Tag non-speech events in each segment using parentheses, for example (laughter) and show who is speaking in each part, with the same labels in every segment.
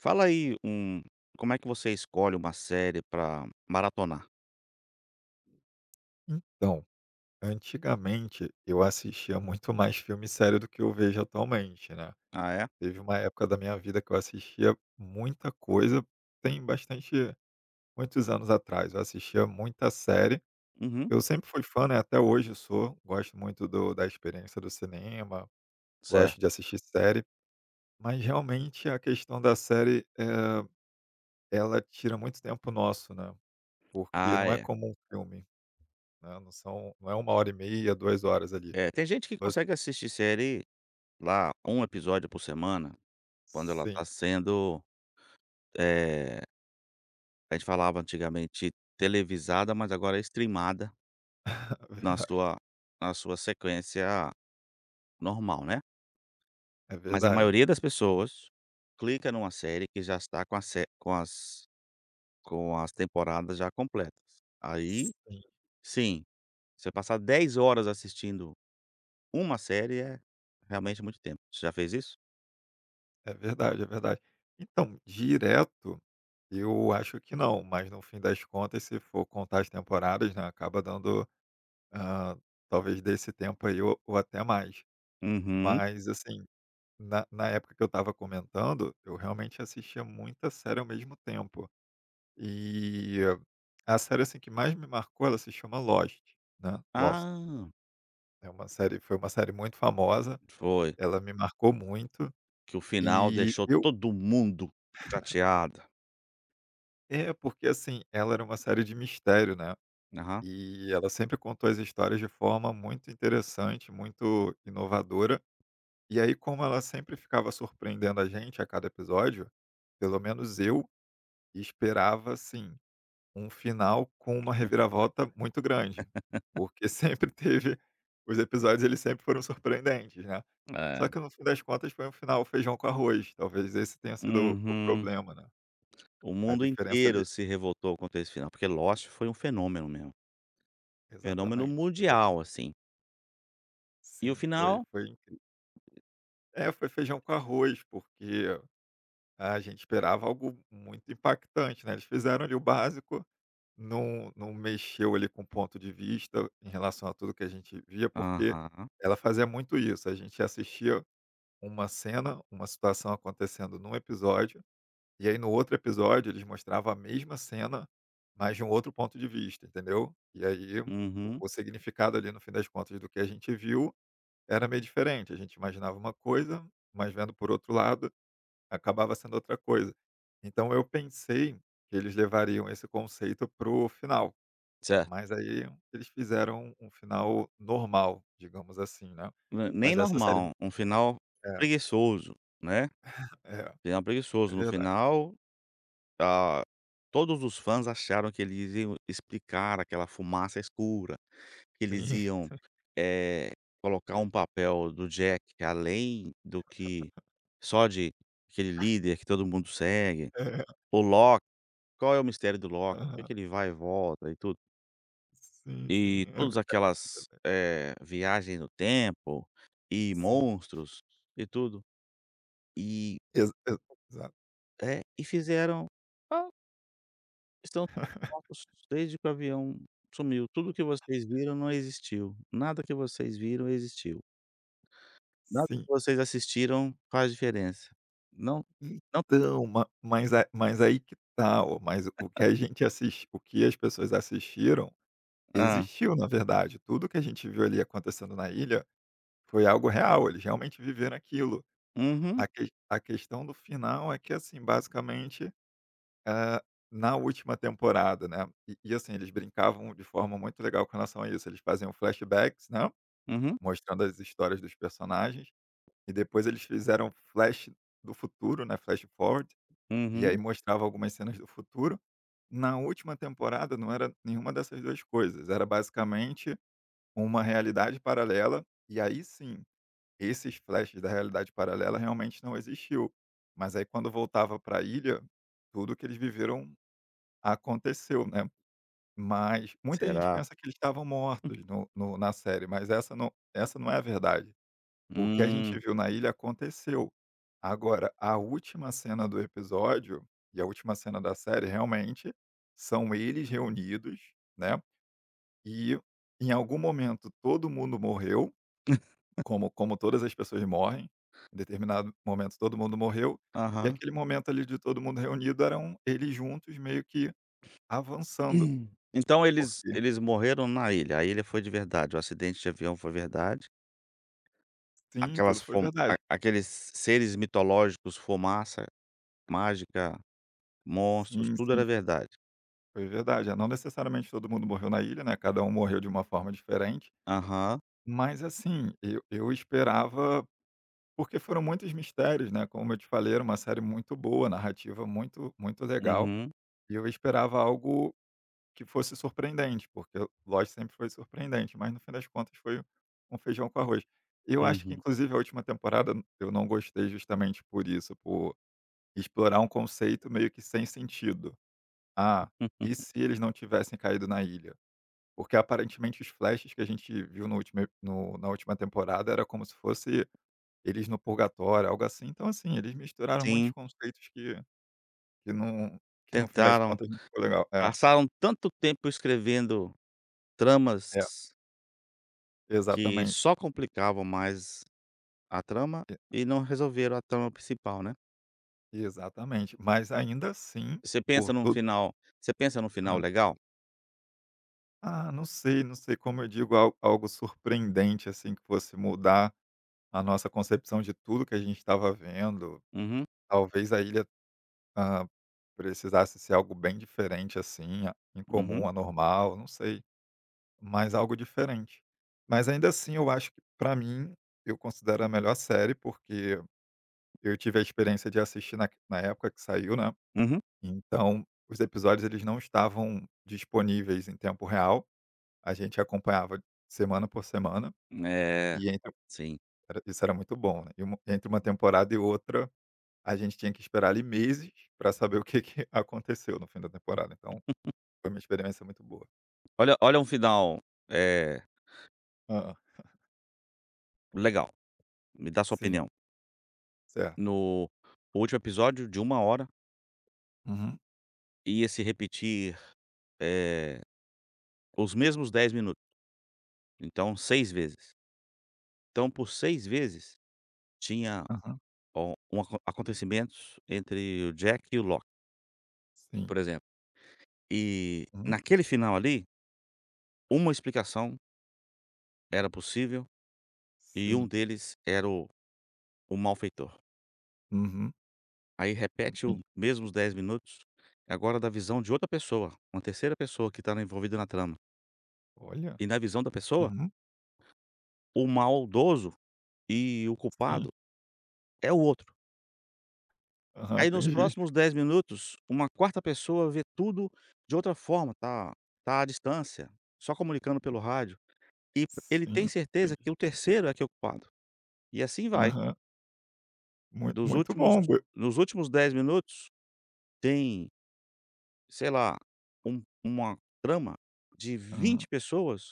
Speaker 1: Fala aí como é que você escolhe uma série pra maratonar?
Speaker 2: Então, antigamente eu assistia muito mais filme e série do que eu vejo atualmente, né.
Speaker 1: Ah, é?
Speaker 2: Teve uma época da minha vida que eu assistia muita coisa, tem bastante muitos anos atrás, eu assistia muita série.
Speaker 1: Uhum.
Speaker 2: Eu sempre fui fã, né, até hoje eu sou, gosto muito do da experiência do cinema,
Speaker 1: Certo.
Speaker 2: gosto de assistir série, mas realmente a questão da série, ela tira muito tempo nosso, né, porque
Speaker 1: Ah,
Speaker 2: não é
Speaker 1: é.
Speaker 2: como um filme, né, não é uma hora e meia, 2 horas ali.
Speaker 1: É, tem gente que consegue assistir série lá, um episódio por semana, quando ela tá
Speaker 2: Sim,
Speaker 1: sendo, eh, a gente falava antigamente televisada, mas agora é streamada
Speaker 2: (laughs) é
Speaker 1: na
Speaker 2: verdade.
Speaker 1: sua sequência normal, né.
Speaker 2: É
Speaker 1: Mas a
Speaker 2: verdade.
Speaker 1: maioria das pessoas clica numa série que já está com a sé com as temporadas já completas. Aí,
Speaker 2: Sim,
Speaker 1: sim. Você passar 10 horas assistindo uma série é realmente muito tempo. Você já fez isso?
Speaker 2: é verdade, é verdade. Então, direto, eu acho que não, mas no fim das contas, se for contar as temporadas, né, acaba dando, hã, talvez desse tempo aí ou até mais.
Speaker 1: Uhum.
Speaker 2: Mas, assim, na época que eu estava comentando, eu realmente assistia muita série ao mesmo tempo. E a série, assim, que mais me marcou, ela se chama Lost, né, Lost.
Speaker 1: Ah,
Speaker 2: É uma série Foi uma série muito famosa,
Speaker 1: foi.
Speaker 2: ela me marcou muito.
Speaker 1: Que o final
Speaker 2: E
Speaker 1: deixou
Speaker 2: eu
Speaker 1: todo mundo chateado.
Speaker 2: É, porque assim, ela era uma série de mistério, né,
Speaker 1: Aham.
Speaker 2: e ela sempre contou as histórias de forma muito interessante, muito inovadora. E aí, como ela sempre ficava surpreendendo a gente a cada episódio, pelo menos eu esperava, assim, um final com uma reviravolta muito grande, porque sempre (laughs) teve os episódios eles sempre foram surpreendentes, né.
Speaker 1: É.
Speaker 2: Só que no fim das contas foi um final feijão com arroz, talvez esse tenha sido o
Speaker 1: Uhum.
Speaker 2: problema, né.
Speaker 1: O
Speaker 2: A
Speaker 1: mundo
Speaker 2: diferença ali
Speaker 1: inteiro se revoltou contra esse final, porque Lost foi um fenômeno mesmo. Fenômeno
Speaker 2: Exatamente,
Speaker 1: mundial,
Speaker 2: exatamente,
Speaker 1: assim. E o
Speaker 2: sim, foi
Speaker 1: final?
Speaker 2: foi incri é, foi feijão com arroz, porque a gente esperava algo muito impactante, né, eles fizeram ali o básico, não mexeu ali com o ponto de vista em relação a tudo que a gente via, porque
Speaker 1: Aham.
Speaker 2: ela fazia muito isso, a gente assistia uma cena, uma situação acontecendo num episódio, e aí no outro episódio eles mostravam a mesma cena, mas de um outro ponto de vista, entendeu. E aí o
Speaker 1: Uhum.
Speaker 2: o significado ali, no fim das contas, do que a gente viu era meio diferente, a gente imaginava uma coisa, mas vendo por outro lado, acabava sendo outra coisa. Então eu pensei que eles levariam esse conceito pro final,
Speaker 1: Certo.
Speaker 2: mas aí eles fizeram um final normal, digamos assim, né.
Speaker 1: Ne nem
Speaker 2: Mas essa série me
Speaker 1: normal, um final
Speaker 2: É,
Speaker 1: preguiçoso, né.
Speaker 2: é,
Speaker 1: Final
Speaker 2: é
Speaker 1: preguiçoso, no
Speaker 2: verdade.
Speaker 1: final. Ah, todos os fãs acharam que eles iam explicar aquela fumaça escura, que eles
Speaker 2: Sim,
Speaker 1: iam,
Speaker 2: (laughs)
Speaker 1: eh, colocar um papel do Jack além do que só de aquele líder que todo mundo segue.
Speaker 2: é,
Speaker 1: O Loki, qual é o mistério do Loki? Por que
Speaker 2: aham.
Speaker 1: que ele vai e volta e tudo.
Speaker 2: Sim,
Speaker 1: E
Speaker 2: sim, é
Speaker 1: todas aquelas,
Speaker 2: verdade.
Speaker 1: viagem no tempo e
Speaker 2: Sim,
Speaker 1: monstros e tudo. E
Speaker 2: exa exa exato,
Speaker 1: é, e fizeram, ah, estão mortos desde que o avião sumiu. Tudo que vocês viram não existiu. Nada que vocês viram existiu. Nada
Speaker 2: sim.
Speaker 1: que vocês assistiram faz diferença. Não, não.
Speaker 2: Então, ma mas a mas aí, que tal? Mas o que a gente assiste, O que as pessoas assistiram
Speaker 1: Ah.
Speaker 2: existiu, na verdade. Tudo que a gente viu ali acontecendo na ilha foi algo real, eles realmente viveram aquilo.
Speaker 1: Uhum,
Speaker 2: A questão do final é que, assim, basicamente, eh, na última temporada, né, e assim, eles brincavam de forma muito legal com relação a isso, eles faziam flashbacks, né,
Speaker 1: uhum,
Speaker 2: mostrando as histórias dos personagens, e depois eles fizeram flash do futuro, né, flash forward, e aí
Speaker 1: uhum.
Speaker 2: mostrava algumas cenas do futuro. Na última temporada não era nenhuma dessas 2 coisas, era basicamente uma realidade paralela, e aí sim, esses flashes da realidade paralela realmente não existiu. Mas aí quando voltava para a ilha, tudo que eles viveram aconteceu, né. Mas muita gente
Speaker 1: Será?
Speaker 2: pensa que eles estavam mortos no na série, mas essa não é a verdade. O que a gente
Speaker 1: Hum,
Speaker 2: viu na ilha aconteceu. Agora, a última cena do episódio, e a última cena da série realmente, são eles reunidos, né, e em algum momento todo mundo morreu, como como todas as pessoas morrem, em determinado momento todo mundo morreu, e
Speaker 1: aham.
Speaker 2: aquele momento ali de todo mundo reunido eram eles juntos meio que avançando,
Speaker 1: Hum. Então eles
Speaker 2: porque
Speaker 1: eles morreram na ilha. A ilha foi de verdade. O acidente de avião foi verdade.
Speaker 2: sim, tudo
Speaker 1: Aquelas
Speaker 2: foi
Speaker 1: fo a
Speaker 2: verdade.
Speaker 1: aqueles seres mitológicos, fumaça mágica, monstros,
Speaker 2: Sim,
Speaker 1: tudo era
Speaker 2: sim,
Speaker 1: verdade.
Speaker 2: foi verdade. É, não necessariamente todo mundo morreu na ilha, né, cada um morreu de uma forma diferente,
Speaker 1: Aham.
Speaker 2: mas assim, eu esperava, porque foram muitos mistérios, né, como eu te falei, era uma série muito boa, narrativa muito legal,
Speaker 1: Uhum,
Speaker 2: e eu esperava algo que fosse surpreendente, porque Lost sempre foi surpreendente, mas no fim das contas foi um feijão com arroz. Eu acho que
Speaker 1: uhum.
Speaker 2: inclusive a última temporada eu não gostei justamente por isso, por explorar um conceito meio que sem sentido. Ah, e
Speaker 1: Uhum.
Speaker 2: se eles não tivessem caído na ilha? Porque aparentemente os flashes que a gente viu no na última temporada era como se fosse eles no purgatório, algo assim. Então, assim, eles misturaram muitos
Speaker 1: Sim,
Speaker 2: conceitos que, não, que no fim das
Speaker 1: tentaram.
Speaker 2: contas não ficou legal. É,
Speaker 1: Passaram tanto tempo escrevendo tramas
Speaker 2: é,
Speaker 1: que
Speaker 2: exatamente.
Speaker 1: só complicavam mais a trama e não resolveram a trama principal, né.
Speaker 2: Exatamente, mas ainda assim,
Speaker 1: Você
Speaker 2: por
Speaker 1: pensa num
Speaker 2: todo
Speaker 1: final você pensa num final
Speaker 2: hã.
Speaker 1: legal?
Speaker 2: Ah, não sei, não sei como eu digo, al algo surpreendente, assim, que fosse mudar a nossa concepção de tudo que a gente estava vendo.
Speaker 1: Uhum,
Speaker 2: Talvez a ilha, hã, precisasse ser algo bem diferente, assim, a
Speaker 1: uhum,
Speaker 2: incomum, anormal, não sei, mas algo diferente. Mas ainda assim eu acho que, para mim, eu considero a melhor série, porque eu tive a experiência de assistir na época que saiu, né.
Speaker 1: uhum.
Speaker 2: Então, os episódios eles não estavam disponíveis em tempo real, a gente acompanhava semana por semana,
Speaker 1: É,
Speaker 2: e entre
Speaker 1: sim.
Speaker 2: era isso, era muito bom, né, e uma entre uma temporada e outra, a gente tinha que esperar ali meses para saber o que que (laughs) aconteceu no fim da temporada, então foi uma experiência muito boa.
Speaker 1: Olha um final, é
Speaker 2: Hã.
Speaker 1: legal, me dá sua
Speaker 2: Sim,
Speaker 1: opinião.
Speaker 2: certo.
Speaker 1: No último episódio de uma hora
Speaker 2: Uhum,
Speaker 1: ia se repetir, eh, os mesmos 10 minutos, então 6 vezes. Então por 6 vezes tinha
Speaker 2: aham,
Speaker 1: o um acontecimentos entre o Jack e o Locke,
Speaker 2: sim,
Speaker 1: por exemplo. E
Speaker 2: uhum,
Speaker 1: naquele final ali, uma explicação era possível e um
Speaker 2: sim,
Speaker 1: deles era o malfeitor.
Speaker 2: uhum,
Speaker 1: Aí repete o
Speaker 2: entendi.
Speaker 1: mesmos 10 minutos, agora da visão de outra pessoa, uma terceira pessoa que está envolvida na trama.
Speaker 2: Olha,
Speaker 1: E na visão da pessoa,
Speaker 2: uhum,
Speaker 1: o maldoso e o
Speaker 2: sim,
Speaker 1: culpado é o outro.
Speaker 2: aham,
Speaker 1: Aí nos
Speaker 2: entendi. (laughs)
Speaker 1: próximos 10 minutos, uma quarta pessoa vê tudo de outra forma, tá à distância, só comunicando pelo rádio. E ele tem
Speaker 2: Sim,
Speaker 1: certeza
Speaker 2: entendi.
Speaker 1: que o terceiro é que é o culpado. E assim vai.
Speaker 2: Aham,
Speaker 1: Dos
Speaker 2: muito
Speaker 1: últimos
Speaker 2: bom, bo
Speaker 1: nos últimos 10 minutos, tem, sei lá, uma trama de
Speaker 2: aham,
Speaker 1: 20 pessoas,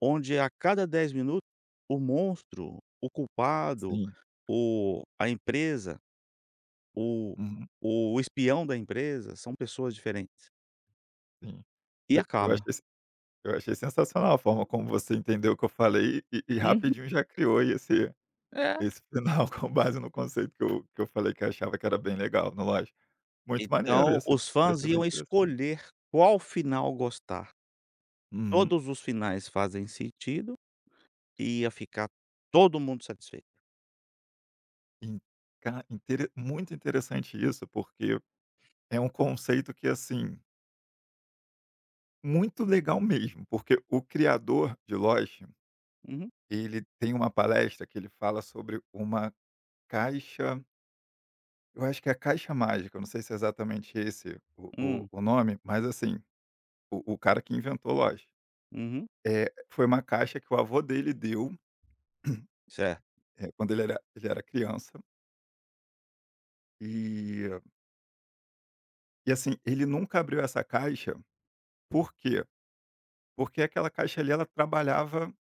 Speaker 1: onde a cada 10 minutos, o monstro, o culpado,
Speaker 2: sim.
Speaker 1: o a empresa, o
Speaker 2: Uhum,
Speaker 1: o espião da empresa, são pessoas diferentes.
Speaker 2: sim.
Speaker 1: E
Speaker 2: Eu
Speaker 1: acaba.
Speaker 2: achei se Eu achei sensacional a forma como você entendeu o que eu falei, e
Speaker 1: Uhum.
Speaker 2: rapidinho já criou aí esse
Speaker 1: É.
Speaker 2: esse final (laughs) com base no conceito que eu falei que eu achava que era bem legal, no lógico. Muito maneiro,
Speaker 1: Então, os
Speaker 2: ia
Speaker 1: fãs
Speaker 2: ser bem
Speaker 1: iam
Speaker 2: interessante.
Speaker 1: escolher qual final gostar.
Speaker 2: Uhum.
Speaker 1: Todos os finais fazem sentido. Ia ficar todo mundo satisfeito.
Speaker 2: In ca intere Muito interessante isso, porque é um conceito que, assim, muito legal mesmo, porque o criador de Lost,
Speaker 1: Uhum,
Speaker 2: ele tem uma palestra que ele fala sobre uma caixa. Eu acho que é a Caixa Mágica, eu não sei se é exatamente esse o o
Speaker 1: hum,
Speaker 2: o nome, mas assim, o cara que inventou Lost,
Speaker 1: uhum,
Speaker 2: foi uma caixa que o avô dele deu,
Speaker 1: certo,
Speaker 2: quando ele era criança, e e assim, ele nunca abriu essa caixa, por quê? Porque aquela caixa ali ela trabalhava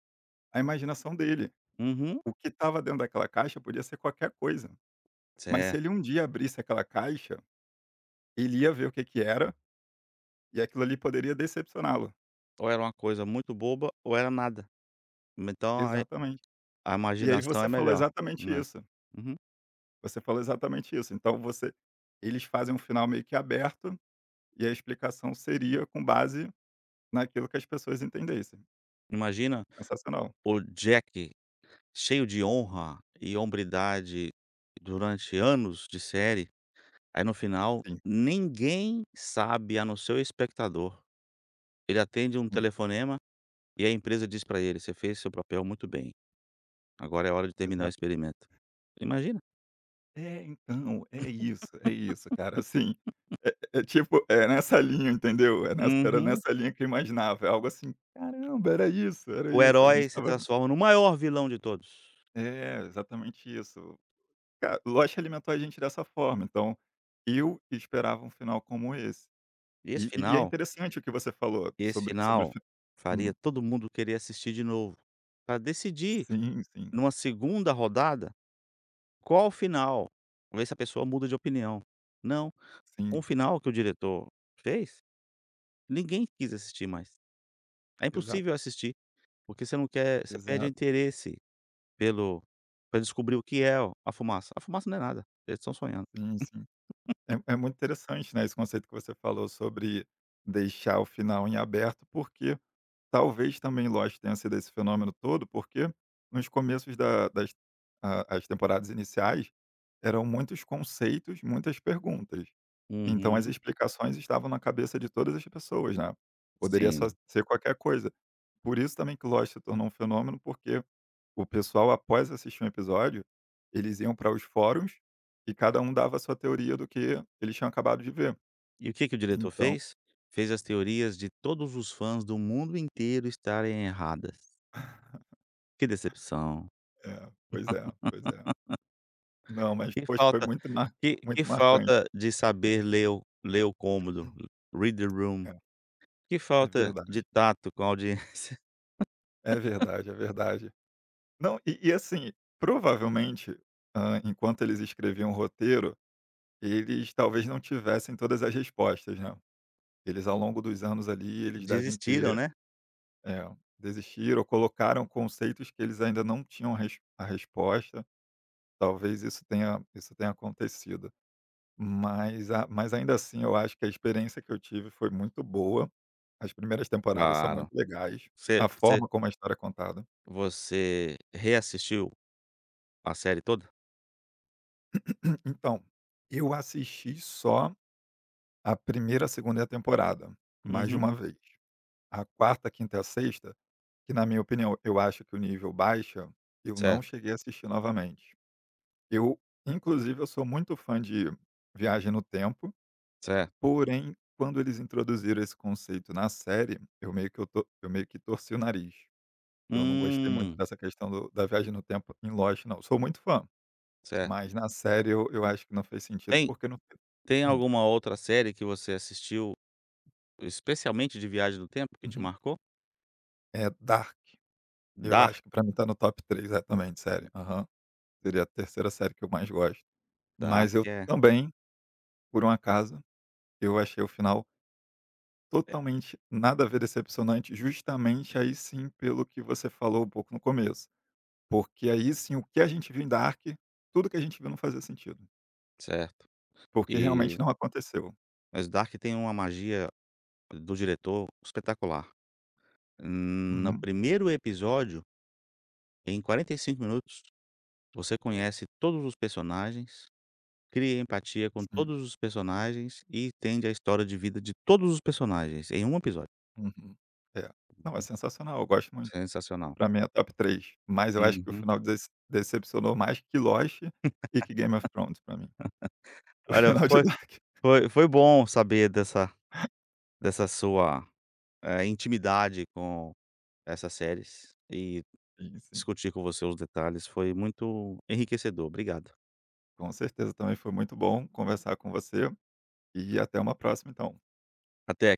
Speaker 2: a imaginação dele,
Speaker 1: uhum,
Speaker 2: o que estava dentro daquela caixa podia ser qualquer coisa, mas se ele
Speaker 1: certo.
Speaker 2: um dia abrisse aquela caixa, ele ia ver o que que era, e aquilo ali poderia decepcioná-lo.
Speaker 1: Ou era uma coisa muito boba ou era nada. Então a
Speaker 2: Exatamente.
Speaker 1: a
Speaker 2: E aí
Speaker 1: imaginação
Speaker 2: você
Speaker 1: é
Speaker 2: falou
Speaker 1: melhor,
Speaker 2: exatamente
Speaker 1: né.
Speaker 2: isso.
Speaker 1: Uhum.
Speaker 2: Você falou exatamente isso. Então você, eles fazem um final meio que aberto, e a explicação seria com base naquilo que as pessoas entendessem.
Speaker 1: Imagina
Speaker 2: Sensacional.
Speaker 1: o Jack cheio de honra e hombridade durante anos de série, aí no final
Speaker 2: Sim,
Speaker 1: ninguém sabe a não ser o espectador. Ele atende um
Speaker 2: sim,
Speaker 1: telefonema e a empresa diz pra ele: "Você fez seu papel muito bem, agora é hora de terminar o
Speaker 2: exato.
Speaker 1: experimento". Imagina?
Speaker 2: É, então, é isso, cara, assim, é tipo, é nessa linha, entendeu?
Speaker 1: Uhum.
Speaker 2: Nessa linha que eu imaginava, é algo assim: "Caramba, era
Speaker 1: O
Speaker 2: isso, a gente
Speaker 1: herói se
Speaker 2: estava".
Speaker 1: transforma no maior vilão de todos.
Speaker 2: É, exatamente isso. Cara, Lost alimentou a gente dessa forma, então eu esperava um final como esse.
Speaker 1: E esse
Speaker 2: E é
Speaker 1: final
Speaker 2: interessante o que você falou
Speaker 1: esse
Speaker 2: sobre sobre
Speaker 1: final
Speaker 2: fi
Speaker 1: faria
Speaker 2: hum,
Speaker 1: todo mundo querer assistir de novo, pra decidir
Speaker 2: sim, sim,
Speaker 1: numa segunda rodada qual o final, ver se a pessoa muda de opinião. Não, com o
Speaker 2: sim,
Speaker 1: final que o diretor fez, ninguém quis assistir mais. É
Speaker 2: exato,
Speaker 1: impossível assistir, porque você não quer você perde o
Speaker 2: exato,
Speaker 1: interesse pelo pra descobrir o que é a fumaça. A fumaça não é nada, eles estão sonhando.
Speaker 2: sim, sim. É é muito interessante, né, esse conceito que você falou sobre deixar o final em aberto, porque talvez também Lost tenha sido esse fenômeno todo, porque nos começos da das a as temporadas iniciais, eram muitos conceitos, muitas perguntas. Então as
Speaker 1: Uhum,
Speaker 2: explicações estavam na cabeça de todas as pessoas, né. Poderia só
Speaker 1: sim.
Speaker 2: ser qualquer coisa. Por isso também que Lost se tornou um fenômeno, porque o pessoal, após assistir um episódio, eles iam para os fóruns e cada um dava a sua teoria do que eles tinham acabado de ver.
Speaker 1: E o que que o diretor
Speaker 2: Então
Speaker 1: fez? Fez as teorias de todos os fãs do mundo inteiro estarem erradas. Que decepção.
Speaker 2: é, pois é, pois é. Não, mas,
Speaker 1: Que
Speaker 2: poxa, foi
Speaker 1: falta
Speaker 2: muito mar
Speaker 1: que
Speaker 2: muito
Speaker 1: falta
Speaker 2: marcante.
Speaker 1: de saber ler o cômodo, read the room.
Speaker 2: É,
Speaker 1: Que
Speaker 2: é
Speaker 1: falta de
Speaker 2: verdade.
Speaker 1: tato com a audiência. (laughs)
Speaker 2: É verdade, é verdade. Não, e assim, provavelmente, enquanto eles escreviam o roteiro, eles talvez não tivessem todas as respostas, né. Eles, ao longo dos anos ali, eles devem
Speaker 1: Desistiram,
Speaker 2: ter,
Speaker 1: né?
Speaker 2: eh, desistiram ou colocaram conceitos que eles ainda não tinham resposta. Talvez isso tenha acontecido. Mas a mas ainda assim eu acho que a experiência que eu tive foi muito boa. As primeiras temporadas são
Speaker 1: Claro.
Speaker 2: muito legais,
Speaker 1: Você
Speaker 2: a
Speaker 1: você
Speaker 2: forma como a história é contada.
Speaker 1: você reassistiu a série toda?
Speaker 2: (clears throat) Então, eu assisti só a primeira ª segunda e a 2ª temporada, mais de
Speaker 1: Uhum.
Speaker 2: uma vez. A quarta ª a 5ª e a sexta, que na minha opinião, eu acho que o nível baixa, eu não
Speaker 1: Certo,
Speaker 2: cheguei a assistir novamente. Eu, inclusive, eu sou muito fã de Viagem no Tempo.
Speaker 1: certo.
Speaker 2: Porém, quando eles introduziram esse conceito na série, eu meio que eu meio que torci o nariz. Eu não gostei muito
Speaker 1: Hum,
Speaker 2: dessa questão do da viagem no tempo em Lost não. Sou muito fã,
Speaker 1: certo.
Speaker 2: mas na série eu acho que não fez sentido
Speaker 1: Tem
Speaker 2: porque não.
Speaker 1: tem
Speaker 2: Hum,
Speaker 1: alguma outra série que você assistiu, especialmente de viagem no tempo, que te
Speaker 2: uhum.
Speaker 1: marcou?
Speaker 2: É Dark, eu
Speaker 1: Dark.
Speaker 2: acho que pra mim tá no top 3 exatamente, série. Aham. Seria a terceira série que eu mais gosto.
Speaker 1: Dark
Speaker 2: Mas eu
Speaker 1: é.
Speaker 2: também, por um acaso, eu achei o final totalmente nada a ver, decepcionante, justamente aí sim pelo que você falou um pouco no começo. Porque aí sim, o que a gente viu em Dark, tudo que a gente viu não fazia sentido,
Speaker 1: Certo.
Speaker 2: porque realmente
Speaker 1: E
Speaker 2: não aconteceu.
Speaker 1: mas Dark tem uma magia do diretor espetacular. No
Speaker 2: Uhum,
Speaker 1: primeiro episódio, em 45 minutos, você conhece todos os personagens, cria empatia com
Speaker 2: sim.
Speaker 1: todos os personagens e entende a história de vida de todos os personagens em um episódio.
Speaker 2: Uhum. É. Não, é sensacional, eu gosto muito.
Speaker 1: Sensacional.
Speaker 2: Pra mim é top três, mas eu acho que o
Speaker 1: Uhum.
Speaker 2: final decepcionou mais que Lost e que Game of Thrones, pra mim, (laughs) o
Speaker 1: Olha,
Speaker 2: final de
Speaker 1: foi
Speaker 2: Dark.
Speaker 1: foi foi bom saber dessa sua, intimidade com essas séries e
Speaker 2: Sim, sim.
Speaker 1: discutir com você os detalhes, foi muito enriquecedor. Obrigado.
Speaker 2: Com certeza, também foi muito bom conversar com você, e até uma próxima então.
Speaker 1: Até.